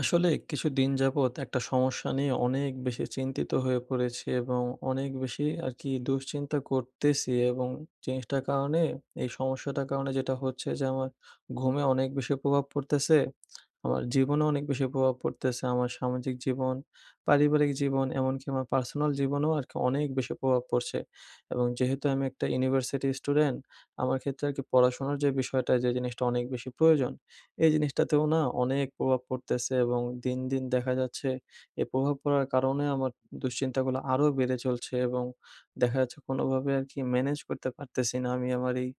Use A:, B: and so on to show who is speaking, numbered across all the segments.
A: আসলে কিছুদিন যাবৎ একটা সমস্যা নিয়ে অনেক বেশি চিন্তিত হয়ে পড়েছি এবং অনেক বেশি আর কি দুশ্চিন্তা করতেছি এবং জিনিসটার কারণে, এই সমস্যাটার কারণে, যেটা হচ্ছে যে আমার ঘুমে অনেক বেশি প্রভাব পড়তেছে, আমার জীবনে অনেক বেশি প্রভাব পড়তেছে। আমার সামাজিক জীবন, পারিবারিক জীবন, এমনকি আমার পার্সোনাল জীবনেও আরকি অনেক বেশি প্রভাব পড়ছে। এবং যেহেতু আমি একটা ইউনিভার্সিটি স্টুডেন্ট, আমার ক্ষেত্রে আরকি পড়াশোনার যে বিষয়টা, যে জিনিসটা অনেক বেশি প্রয়োজন, এই জিনিসটাতেও না অনেক প্রভাব পড়তেছে এবং দিন, দিন দেখা যাচ্ছে এই প্রভাব পড়ার কারণে আমার
B: হুম,
A: দুশ্চিন্তাগুলো আরো বেড়ে চলছে এবং দেখা যাচ্ছে কোনোভাবে আরকি ম্যানেজ করতে পারতেছি না আমি আমার এই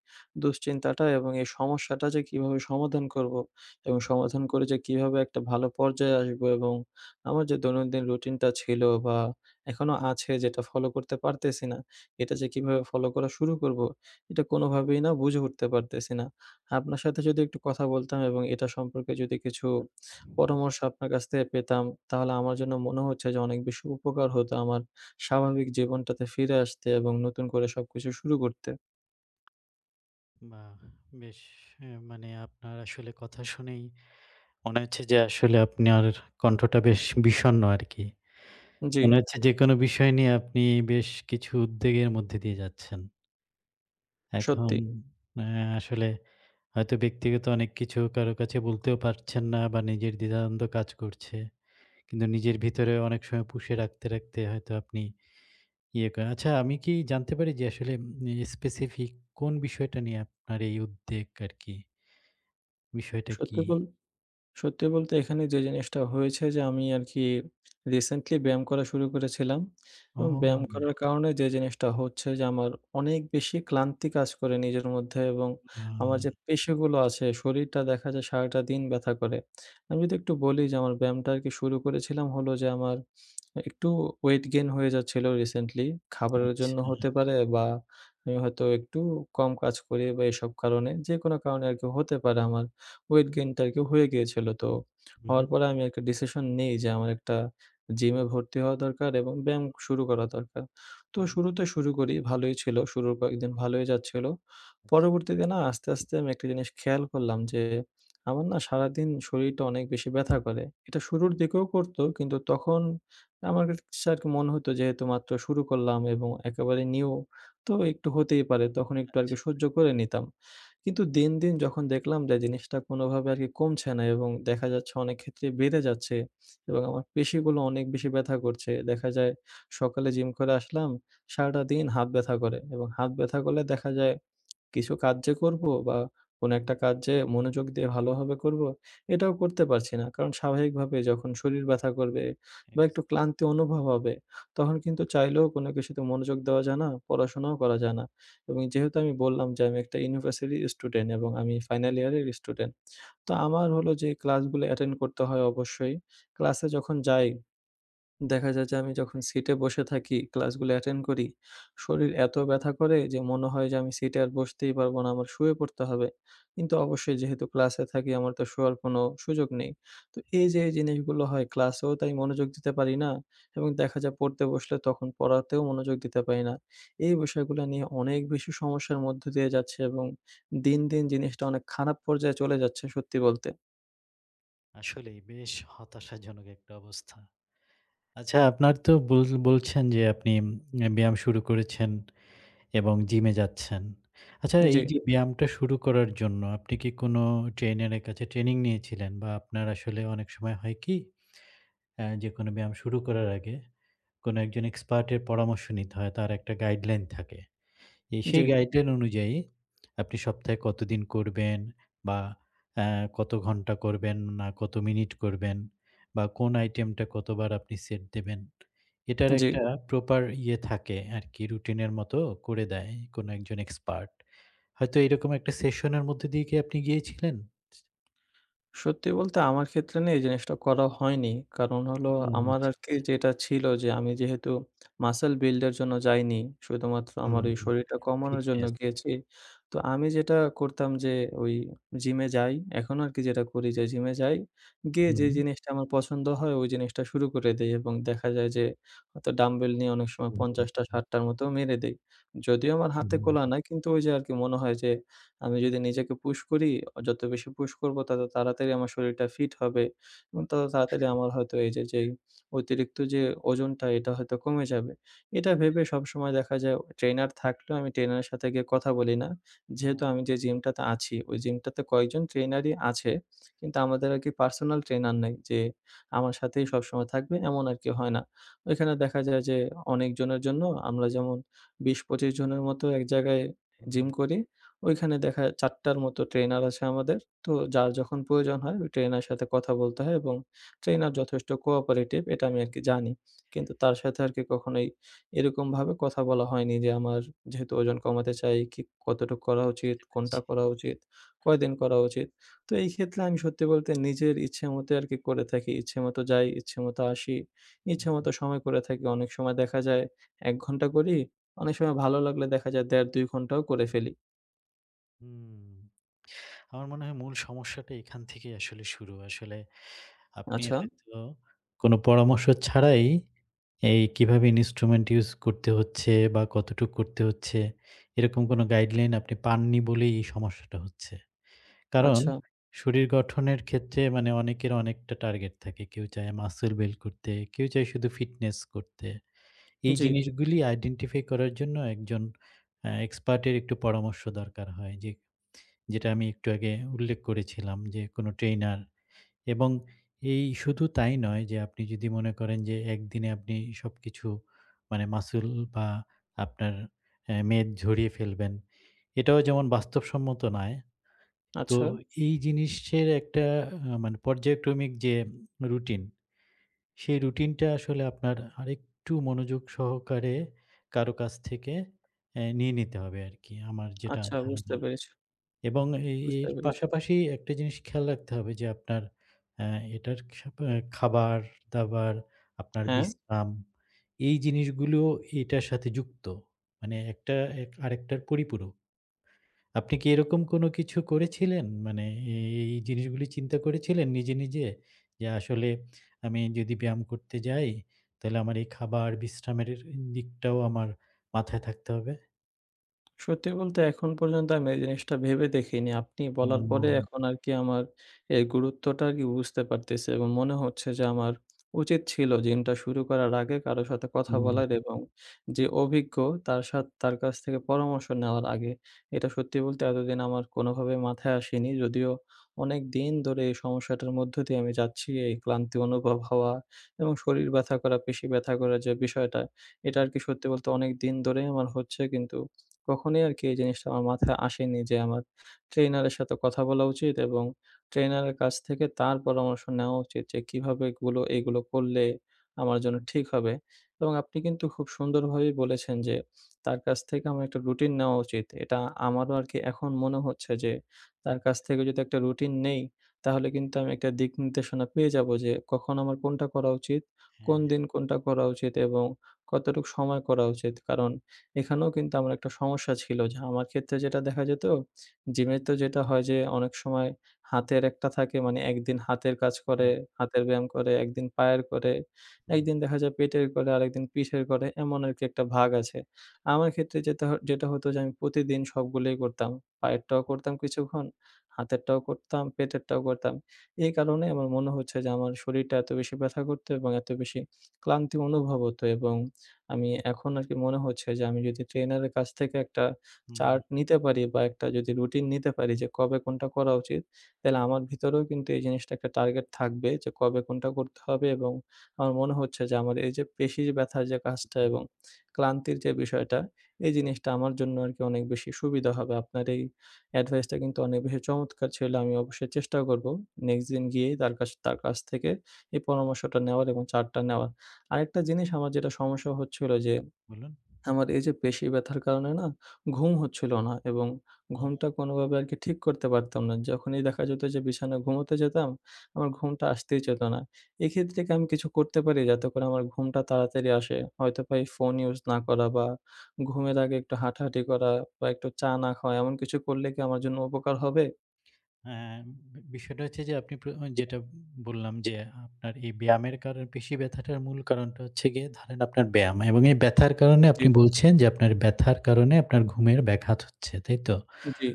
A: দুশ্চিন্তাটা এবং এই সমস্যাটা যে কিভাবে সমাধান করব? এবং সমাধান করে যে কিভাবে একটা ভালো পর্যায়ে আসবো, এবং আমার যে দৈনন্দিন রুটিনটা ছিল বা এখনো আছে, যেটা ফলো করতে পারতেছি না, এটা যে কিভাবে ফলো করা শুরু করবো, এটা কোনোভাবেই না বুঝে উঠতে পারতেছি না। আপনার সাথে যদি একটু কথা বলতাম এবং এটা সম্পর্কে যদি কিছু
B: হুম।
A: পরামর্শ আপনার কাছ থেকে পেতাম, তাহলে আমার জন্য মনে হচ্ছে যে অনেক বেশি উপকার হতো আমার স্বাভাবিক জীবনটাতে ফিরে আসতে এবং নতুন করে সবকিছু শুরু করতে।
B: বাহ! বেশ, মানে আপনার আসলে কথা শুনেই মনে হচ্ছে যে আসলে আপনার কণ্ঠটা বেশ বিষণ্ণ আরকি।
A: জি,
B: মনে হচ্ছে যেকোনো বিষয় নিয়ে আপনি বেশ কিছু উদ্বেগের মধ্যে দিয়ে যাচ্ছেন। এখন
A: সত্যি।
B: আসলে হয়তো ব্যক্তিগত অনেক কিছু কারো কাছে বলতেও পারছেন না বা নিজের দ্বিধাদ্বন্দ্ব কাজ করছে। কিন্তু নিজের ভিতরে অনেক সময় পুষে রাখতে হয়তো আপনি ইয়ে করেন। আচ্ছা আমি কি জানতে পারি যে আসলে স্পেসিফিক কোন বিষয়টা নিয়ে আপনার এই উদ্বেগ আরকি? বিষয়টা কি?
A: সত্যি বল সত্যি বলতে এখানে যে জিনিসটা হয়েছে, যে আমি আরকি রিসেন্টলি ব্যায়াম করা শুরু করেছিলাম এবং ব্যায়াম
B: ও
A: করার কারণে যে জিনিসটা হচ্ছে, যে আমার অনেক বেশি ক্লান্তি কাজ করে নিজের মধ্যে, এবং
B: আ
A: আমার যে পেশিগুলো আছে, শরীরটা দেখা যায় সারাটা দিন ব্যথা করে। আমি যদি একটু বলি, যে আমার ব্যায়ামটা আরকি শুরু করেছিলাম হলো যে আমার একটু ওয়েট গেইন হয়ে যাচ্ছিল রিসেন্টলি। খাবারের
B: আচ্ছা।
A: জন্য হতে পারে, বা আমি হয়তো একটু কম কাজ করি, বা এসব কারণে, যেকোনো কারণে আরকি হতে পারে আমার। ওয়েট গেইনটা আরকি হয়ে গিয়েছিল। তো
B: হু, হু,
A: হওয়ার পরে আমি একটা ডিসিশন নেই যে আমার একটা জিমে ভর্তি হওয়া দরকার এবং ব্যায়াম শুরু করা দরকার।
B: হু,
A: তো
B: হু।
A: শুরুতে শুরু করি, ভালোই ছিল। শুরুর কয়েকদিন ভালোই যাচ্ছিল।
B: আচ্ছা।
A: পরবর্তীতে না আস্তে, আস্তে আমি একটা জিনিস খেয়াল করলাম, যে আমার না সারাদিন শরীরটা অনেক বেশি ব্যথা করে। এটা শুরুর দিকেও করত, কিন্তু তখন আমার কাছে আরকি মনে হতো যেহেতু মাত্র শুরু করলাম এবং একেবারে নিউ, তো একটু হতেই পারে। তখন একটু আরকি সহ্য করে নিতাম। কিন্তু দিন, দিন যখন দেখলাম যে জিনিসটা কোনোভাবে আরকি কমছে না এবং দেখা যাচ্ছে অনেক ক্ষেত্রে বেড়ে যাচ্ছে এবং আমার পেশিগুলো অনেক বেশি ব্যথা করছে। দেখা যায় সকালে জিম করে আসলাম, সারাটা দিন হাত ব্যথা করে এবং হাত ব্যথা করলে দেখা যায় কিছু কাজ যে করব বা কোনো একটা কাজ যে মনোযোগ দিয়ে ভালোভাবে করব, এটাও করতে পারছি না। কারণ স্বাভাবিকভাবে যখন শরীর ব্যথা করবে বা
B: এক্স
A: একটু ক্লান্তি অনুভব হবে, তখন কিন্তু চাইলেও কোনো কিছুতে মনোযোগ দেওয়া যায় না, পড়াশোনাও করা যায় না। এবং যেহেতু আমি বললাম যে আমি একটা ইউনিভার্সিটি স্টুডেন্ট এবং আমি ফাইনাল ইয়ারের স্টুডেন্ট। তো আমার হলো যে ক্লাসগুলো অ্যাটেন্ড করতে হয় অবশ্যই। ক্লাসে যখন যাই দেখা যায় যে আমি যখন সিটে বসে থাকি, ক্লাসগুলো অ্যাটেন্ড করি, শরীর এত ব্যথা করে যে মনে হয় যে আমি সিটে আর বসতেই পারবো না, আমার শুয়ে পড়তে হবে। কিন্তু অবশ্যই যেহেতু ক্লাসে থাকি, আমার তো শোয়ার কোনো সুযোগ নেই। তো এই যে এই জিনিসগুলো হয়, ক্লাসেও তাই মনোযোগ দিতে পারি না এবং দেখা যায় পড়তে বসলে তখন পড়াতেও মনোযোগ দিতে পারি না। এই বিষয়গুলো নিয়ে অনেক বেশি সমস্যার মধ্য দিয়ে যাচ্ছে এবং দিন, দিন জিনিসটা অনেক খারাপ পর্যায়ে চলে যাচ্ছে সত্যি বলতে।
B: আসলেই বেশ হতাশাজনক একটা অবস্থা। আচ্ছা আপনার তো বলছেন যে আপনি ব্যায়াম শুরু করেছেন এবং জিমে যাচ্ছেন। আচ্ছা
A: জি,
B: এই যে ব্যায়ামটা শুরু করার জন্য আপনি কি কোনো ট্রেইনারের কাছে ট্রেনিং নিয়েছিলেন? বা আপনার আসলে অনেক সময় হয় কি যেকোনো ব্যায়াম শুরু করার আগে কোনো একজন এক্সপার্ট এর পরামর্শ নিতে হয়। তার একটা গাইডলাইন থাকে। এই
A: জি,
B: সেই গাইডলাইন অনুযায়ী আপনি সপ্তাহে কতদিন করবেন বা আ কত ঘন্টা করবেন না কত মিনিট করবেন বা কোন আইটেমটা কতবার আপনি সেট দেবেন। এটার
A: জি।
B: একটা প্রপার ইয়ে থাকে আরকি, রুটিনের মতো করে দেয় কোনো একজন এক্সপার্ট। হয়তো এরকম একটা সেশনের মধ্যে দিয়ে কি আপনি গিয়েছিলেন?
A: সত্যি বলতে আমার ক্ষেত্রে না এই জিনিসটা করা হয়নি। কারণ হলো,
B: ও
A: আমার
B: আচ্ছা।
A: আরকি যেটা ছিল যে আমি যেহেতু মাসল বিল্ড এর জন্য যাইনি, শুধুমাত্র
B: হুম,
A: আমার ওই
B: হুম।
A: শরীরটা কমানোর জন্য
B: ফিটনেস।
A: গিয়েছি। তো আমি যেটা করতাম যে ওই জিমে যাই, এখনো আরকি যেটা করি যে জিমে যাই। গিয়ে যে
B: হুম,
A: জিনিসটা আমার পছন্দ হয়, ওই জিনিসটা শুরু করে দেই এবং দেখা যায় যে হয়তো ডাম্বেল নিয়ে অনেক সময়
B: হুম, হুম,
A: ৫০ টা
B: হুম,
A: ৬০ টার মতো মেরে দেই। যদিও আমার হাতে কলহা
B: হুম।
A: নাই, কিন্তু ওই যে আরকি মনে হয় যে আমি যদি নিজেকে পুশ করি, যত বেশি পুশ করব তত তাড়াতাড়ি আমার শরীরটা ফিট হবে এবং তত তাড়াতাড়ি আমার হয়তো এই যে যেই অতিরিক্ত যে ওজনটা, এটা হয়তো কমে যাবে। এটা ভেবে সবসময় দেখা যায় ট্রেনার থাকলেও আমি ট্রেনারের সাথে গিয়ে কথা বলি না।
B: আ
A: যেহেতু আমি যে জিমটাতে আছি, ওই জিমটাতে কয়েকজন ট্রেনারই আছে। কিন্তু আমাদের আরকি পার্সোনাল ট্রেনার নাই যে আমার সাথেই সবসময় থাকবে, এমন আরকি হয় না। ওইখানে দেখা যায় যে অনেকজনের জন্য, আমরা যেমন ২০-২৫ জনের মতো এক জায়গায় জিম
B: হুম,
A: করি। ওইখানে দেখা ৪ টার মতো ট্রেনার আছে আমাদের। তো যার যখন প্রয়োজন হয় ওই ট্রেনার সাথে কথা বলতে হয় এবং ট্রেনার যথেষ্ট কোঅপারেটিভ, এটা আমি আরকি জানি। কিন্তু তার সাথে আরকি কখনোই এরকমভাবে কথা বলা হয়নি যে আমার, যেহেতু ওজন কমাতে চাই, কি কতটুক করা উচিত, কোনটা
B: বুঝছি।
A: করা উচিত, কয়দিন করা উচিত। তো এই ক্ষেত্রে আমি সত্যি বলতে নিজের ইচ্ছেমতোই আরকি করে থাকি। ইচ্ছেমতো যাই, ইচ্ছেমতো আসি,
B: হুম, হুম।
A: ইচ্ছেমতো সময় করে থাকি। অনেক সময় দেখা যায় ১ ঘন্টা করি, অনেক সময় ভালো লাগলে দেখা যায় ১.৫ ২ ঘন্টাও করে ফেলি।
B: হুম, আমার মনে হয় মূল সমস্যাটা এখান থেকেই আসলে শুরু। আসলে আপনি
A: আচ্ছা,
B: হয়তো কোনো পরামর্শ ছাড়াই এই কিভাবে ইন্সট্রুমেন্ট ইউজ করতে হচ্ছে বা কতটুক করতে হচ্ছে, এরকম কোনো গাইডলাইন আপনি পাননি বলেই এই সমস্যাটা হচ্ছে। কারণ
A: আচ্ছা।
B: শরীর গঠনের ক্ষেত্রে মানে অনেকের অনেকটা টার্গেট থাকে। কেউ চায় মাসল বিল্ড করতে, কেউ চায় শুধু ফিটনেস করতে। এই
A: জি।
B: জিনিসগুলি আইডেন্টিফাই করার জন্য একজন এক্সপার্টের একটু পরামর্শ দরকার হয়, যে যেটা আমি একটু আগে উল্লেখ করেছিলাম যে কোনো ট্রেইনার। এবং এই শুধু তাই নয় যে আপনি যদি মনে করেন যে একদিনে আপনি সবকিছু, মানে মাসুল বা আপনার মেদ ঝরিয়ে ফেলবেন। এটাও যেমন বাস্তবসম্মত নয়। তো
A: আচ্ছা,
B: এই জিনিসের একটা মানে পর্যায়ক্রমিক যে রুটিন, সেই রুটিনটা আসলে আপনার আরেকটু মনোযোগ সহকারে কারো কাছ থেকে নিয়ে নিতে হবে আরকি, আমার যেটা
A: আচ্ছা বুঝতে
B: ধারণা।
A: পেরেছি,
B: এবং
A: বুঝতে
B: এর
A: পেরেছি।
B: পাশাপাশি একটা জিনিস খেয়াল রাখতে হবে যে আপনার আ এটার খাপ আ খাবার-দাবার, আপনার
A: হ্যাঁ।
B: বিশ্রাম, এই জিনিসগুলো এটার সাথে যুক্ত। মানে একটা এক আরেকটার পরিপূরক। আপনি কি এরকম কোনো কিছু করেছিলেন? মানে এ এই জিনিসগুলি চিন্তা করেছিলেন নিজে, নিজে? যে আসলে আমি যদি ব্যায়াম করতে যাই, তাহলে আমার এই খাবার বিশ্রামের দিকটাও আমার মাথায় থাকতে হবে।
A: সত্যি বলতে এখন পর্যন্ত আমি এই জিনিসটা ভেবে দেখিনি। আপনি বলার পরে
B: ও!
A: এখন আরকি আমার এর গুরুত্বটা আরকি বুঝতে পারতেছি এবং মনে হচ্ছে যে আমার উচিত ছিল জিমটা শুরু করার আগে কারো সাথে কথা বলার
B: হুম।
A: এবং যে অভিজ্ঞ তার কাছ থেকে পরামর্শ নেওয়ার আগে। এটা সত্যি বলতে এতদিন আমার কোনোভাবে মাথায় আসেনি। যদিও অনেকদিন ধরে এই সমস্যাটার মধ্য দিয়ে আমি যাচ্ছি। এই ক্লান্তি অনুভব হওয়া এবং শরীর ব্যথা করা, পেশি ব্যথা করার যে বিষয়টা,
B: আ
A: এটা আরকি সত্যি বলতে অনেকদিন ধরেই আমার হচ্ছে, কিন্তু কখনোই আরকি এই জিনিসটা আমার মাথায় আসেনি যে আমার ট্রেইনারের সাথে কথা বলা উচিত এবং ট্রেইনারের কাছ থেকে তার পরামর্শ নেওয়া উচিত, যে কিভাবে এগুলো এগুলো করলে আমার জন্য ঠিক হবে। এবং আপনি কিন্তু খুব সুন্দরভাবেই বলেছেন যে তার কাছ থেকে আমার একটা রুটিন নেওয়া উচিত। এটা আমারও আরকি এখন মনে হচ্ছে যে তার
B: ঠিক।
A: কাছ থেকে যদি একটা রুটিন নেই, তাহলে কিন্তু আমি একটা দিক নির্দেশনা পেয়ে যাবো যে কখন আমার কোনটা করা উচিত, কোন
B: হ্যাঁ,
A: দিন কোনটা করা উচিত এবং কতটুক সময় করা উচিত। কারণ এখানেও কিন্তু আমার একটা সমস্যা ছিল যে, আমার ক্ষেত্রে যেটা দেখা যেত, জিমে তো যেটা হয় যে অনেক সময় হাতের একটা থাকে, মানে একদিন হাতের কাজ করে,
B: হ্যাঁ।
A: হাতের ব্যায়াম করে, একদিন পায়ের করে,
B: হুম।
A: একদিন দেখা যায় পেটের করে, আরেকদিন পিঠের করে, এমন আরকি একটা ভাগ আছে। আমার ক্ষেত্রে যেটা হতো যে আমি প্রতিদিন সবগুলোই করতাম। পায়েরটাও করতাম কিছুক্ষণ, হাতেরটাও করতাম, পেটেরটাও করতাম। এই কারণে আমার মনে হচ্ছে যে আমার শরীরটা এত বেশি ব্যথা করতো এবং এত বেশি ক্লান্তি অনুভব হতো এবং আমি এখন আরকি মনে হচ্ছে যে আমি যদি ট্রেনারের কাছ থেকে একটা
B: হুম,
A: চার্ট নিতে পারি বা একটা যদি রুটিন নিতে পারি যে কবে কোনটা করা উচিত, তাহলে আমার ভিতরেও কিন্তু এই জিনিসটা একটা টার্গেট থাকবে যে কবে কোনটা করতে হবে এবং আমার মনে হচ্ছে যে আমার এই যে পেশির ব্যথার যে কাজটা
B: হুম,
A: এবং ক্লান্তির যে বিষয়টা, এই জিনিসটা আমার জন্য আরকি অনেক বেশি সুবিধা হবে। আপনার এই অ্যাডভাইসটা কিন্তু অনেক বেশি চমৎকার ছিল। আমি অবশ্যই চেষ্টা করব নেক্সট দিন গিয়ে তার কাছ থেকে এই পরামর্শটা নেওয়ার এবং চার্টটা নেওয়ার। আরেকটা জিনিস আমার যেটা সমস্যা হচ্ছিল যে,
B: বলুন।
A: আমার এই যে পেশি ব্যথার কারণে না ঘুম হচ্ছিল না এবং
B: আ
A: ঘুমটা কোনোভাবে আরকি ঠিক করতে পারতাম না। যখনই দেখা যেত যে বিছানায় ঘুমোতে যেতাম, আমার ঘুমটা আসতেই চেত না। এক্ষেত্রে কি আমি কিছু করতে পারি যাতে করে আমার ঘুমটা তাড়াতাড়ি আসে? হয়তোবা এই ফোন ইউজ না করা, বা ঘুমের আগে একটু হাঁটাহাঁটি করা, বা একটু চা না খাওয়া, এমন কিছু করলে কি আমার জন্য উপকার হবে?
B: হ্যাঁ, বিষয়টা হচ্ছে যে আপনি যেটা বললাম যে আপনার এই ব্যায়ামের কারণে পেশি ব্যথাটার মূল কারণটা হচ্ছে গিয়ে, ধরেন আপনার ব্যায়াম এবং এই ব্যথার কারণে
A: জি।
B: আপনি বলছেন যে আপনার ব্যথার কারণে আপনার ঘুমের ব্যাঘাত হচ্ছে, তাই তো?
A: জি।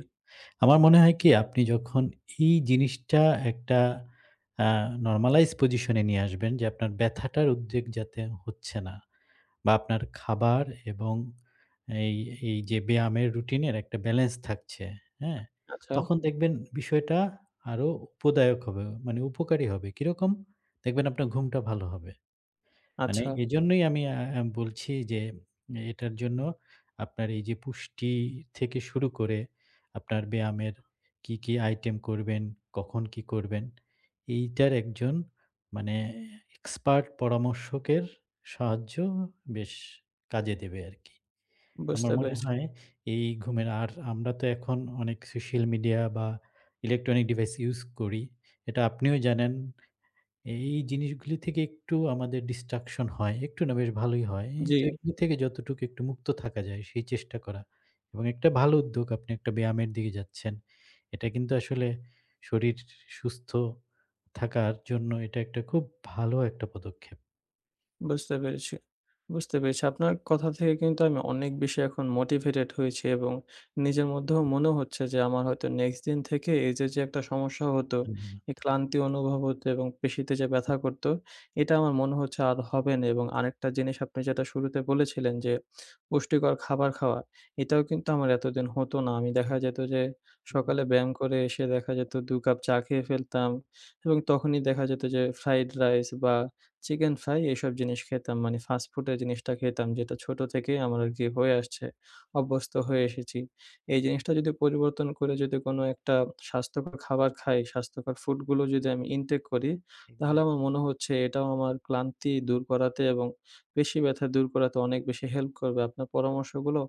B: আমার মনে হয় কি আপনি যখন এই জিনিসটা একটা আ নরমালাইজ পজিশন এ নিয়ে আসবেন যে আপনার ব্যথাটার উদ্বেগ যাতে হচ্ছে না। বা আপনার খাবার এবং এই, এই যে ব্যায়ামের রুটিনের একটা ব্যালেন্স থাকছে, হ্যাঁ?
A: আচ্ছা,
B: তখন দেখবেন বিষয়টা আরো উপদায়ক হবে, মানে উপকারী হবে। কিরকম? দেখবেন আপনার ঘুমটা ভালো হবে। মানে
A: আচ্ছা
B: এজন্যই আমি আ আম বলছি যে এটার জন্য আপনার এই যে পুষ্টি থেকে শুরু করে আপনার ব্যায়ামের কি, কি আইটেম করবেন, কখন কি করবেন, এইটার একজন মানে এক্সপার্ট পরামর্শকের সাহায্য বেশ কাজে দেবে আরকি। আমার
A: বুঝতে
B: মনে
A: পেরেছি।
B: হয় এই ঘুমের, আর আমরা তো এখন অনেক সোশ্যাল মিডিয়া বা ইলেকট্রনিক ডিভাইস ইউজ করি। এটা আপনিও জানেন, এই জিনিসগুলি থেকে একটু আমাদের distraction হয়। একটু না, বেশ ভালোই হয়।
A: জি।
B: তো এগুলি থেকে যতটুকু একটু মুক্ত থাকা যায় সেই চেষ্টা করা। এবং একটা ভালো উদ্যোগ, আপনি একটা ব্যায়ামের দিকে যাচ্ছেন। এটা কিন্তু আসলে শরীর সুস্থ থাকার জন্য এটা একটা খুব ভালো একটা পদক্ষেপ।
A: বুঝতে পেরেছি। বুঝতে পেরেছি। আপনার কথা থেকে কিন্তু আমি অনেক বেশি এখন মোটিভেটেড হয়েছি এবং নিজের মধ্যেও মনে হচ্ছে যে আমার হয়তো নেক্সট দিন থেকে এই যে, যে একটা সমস্যা হতো,
B: ধন্যবাদ।
A: এই ক্লান্তি অনুভব হতো এবং পেশিতে যে ব্যথা করত, এটা আমার মনে হচ্ছে আর হবে না এবং আরেকটা জিনিস আপনি যেটা শুরুতে বলেছিলেন যে, পুষ্টিকর খাবার খাওয়া, এটাও কিন্তু আমার এতদিন হতো না। আমি দেখা যেত যে,
B: হুম,
A: সকালে ব্যায়াম করে এসে দেখা যেত ২ কাপ চা খেয়ে ফেলতাম এবং তখনই দেখা যেত যে ফ্রাইড রাইস বা চিকেন ফ্রাই এসব জিনিস খেতাম। মানে ফাস্ট ফুডের জিনিসটা খেতাম যেটা ছোট থেকেই আমার আরকি হয়ে আসছে, অভ্যস্ত হয়ে এসেছি। এই জিনিসটা যদি পরিবর্তন করে যদি কোনো একটা স্বাস্থ্যকর খাবার খাই, স্বাস্থ্যকর ফুডগুলো যদি আমি ইনটেক করি, তাহলে
B: এক্সাক্ট।
A: আমার মনে হচ্ছে এটাও আমার ক্লান্তি দূর করাতে এবং পেশি ব্যথা দূর করাতে অনেক বেশি হেল্প করবে। আপনার পরামর্শগুলো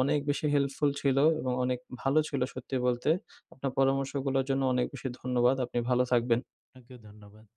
A: অনেক বেশি হেল্পফুল ছিল এবং অনেক ভালো ছিল সত্যি বলতে। আপনার পরামর্শগুলোর জন্য অনেক বেশি ধন্যবাদ। আপনি ভালো থাকবেন।
B: আপনাকেও ধন্যবাদ।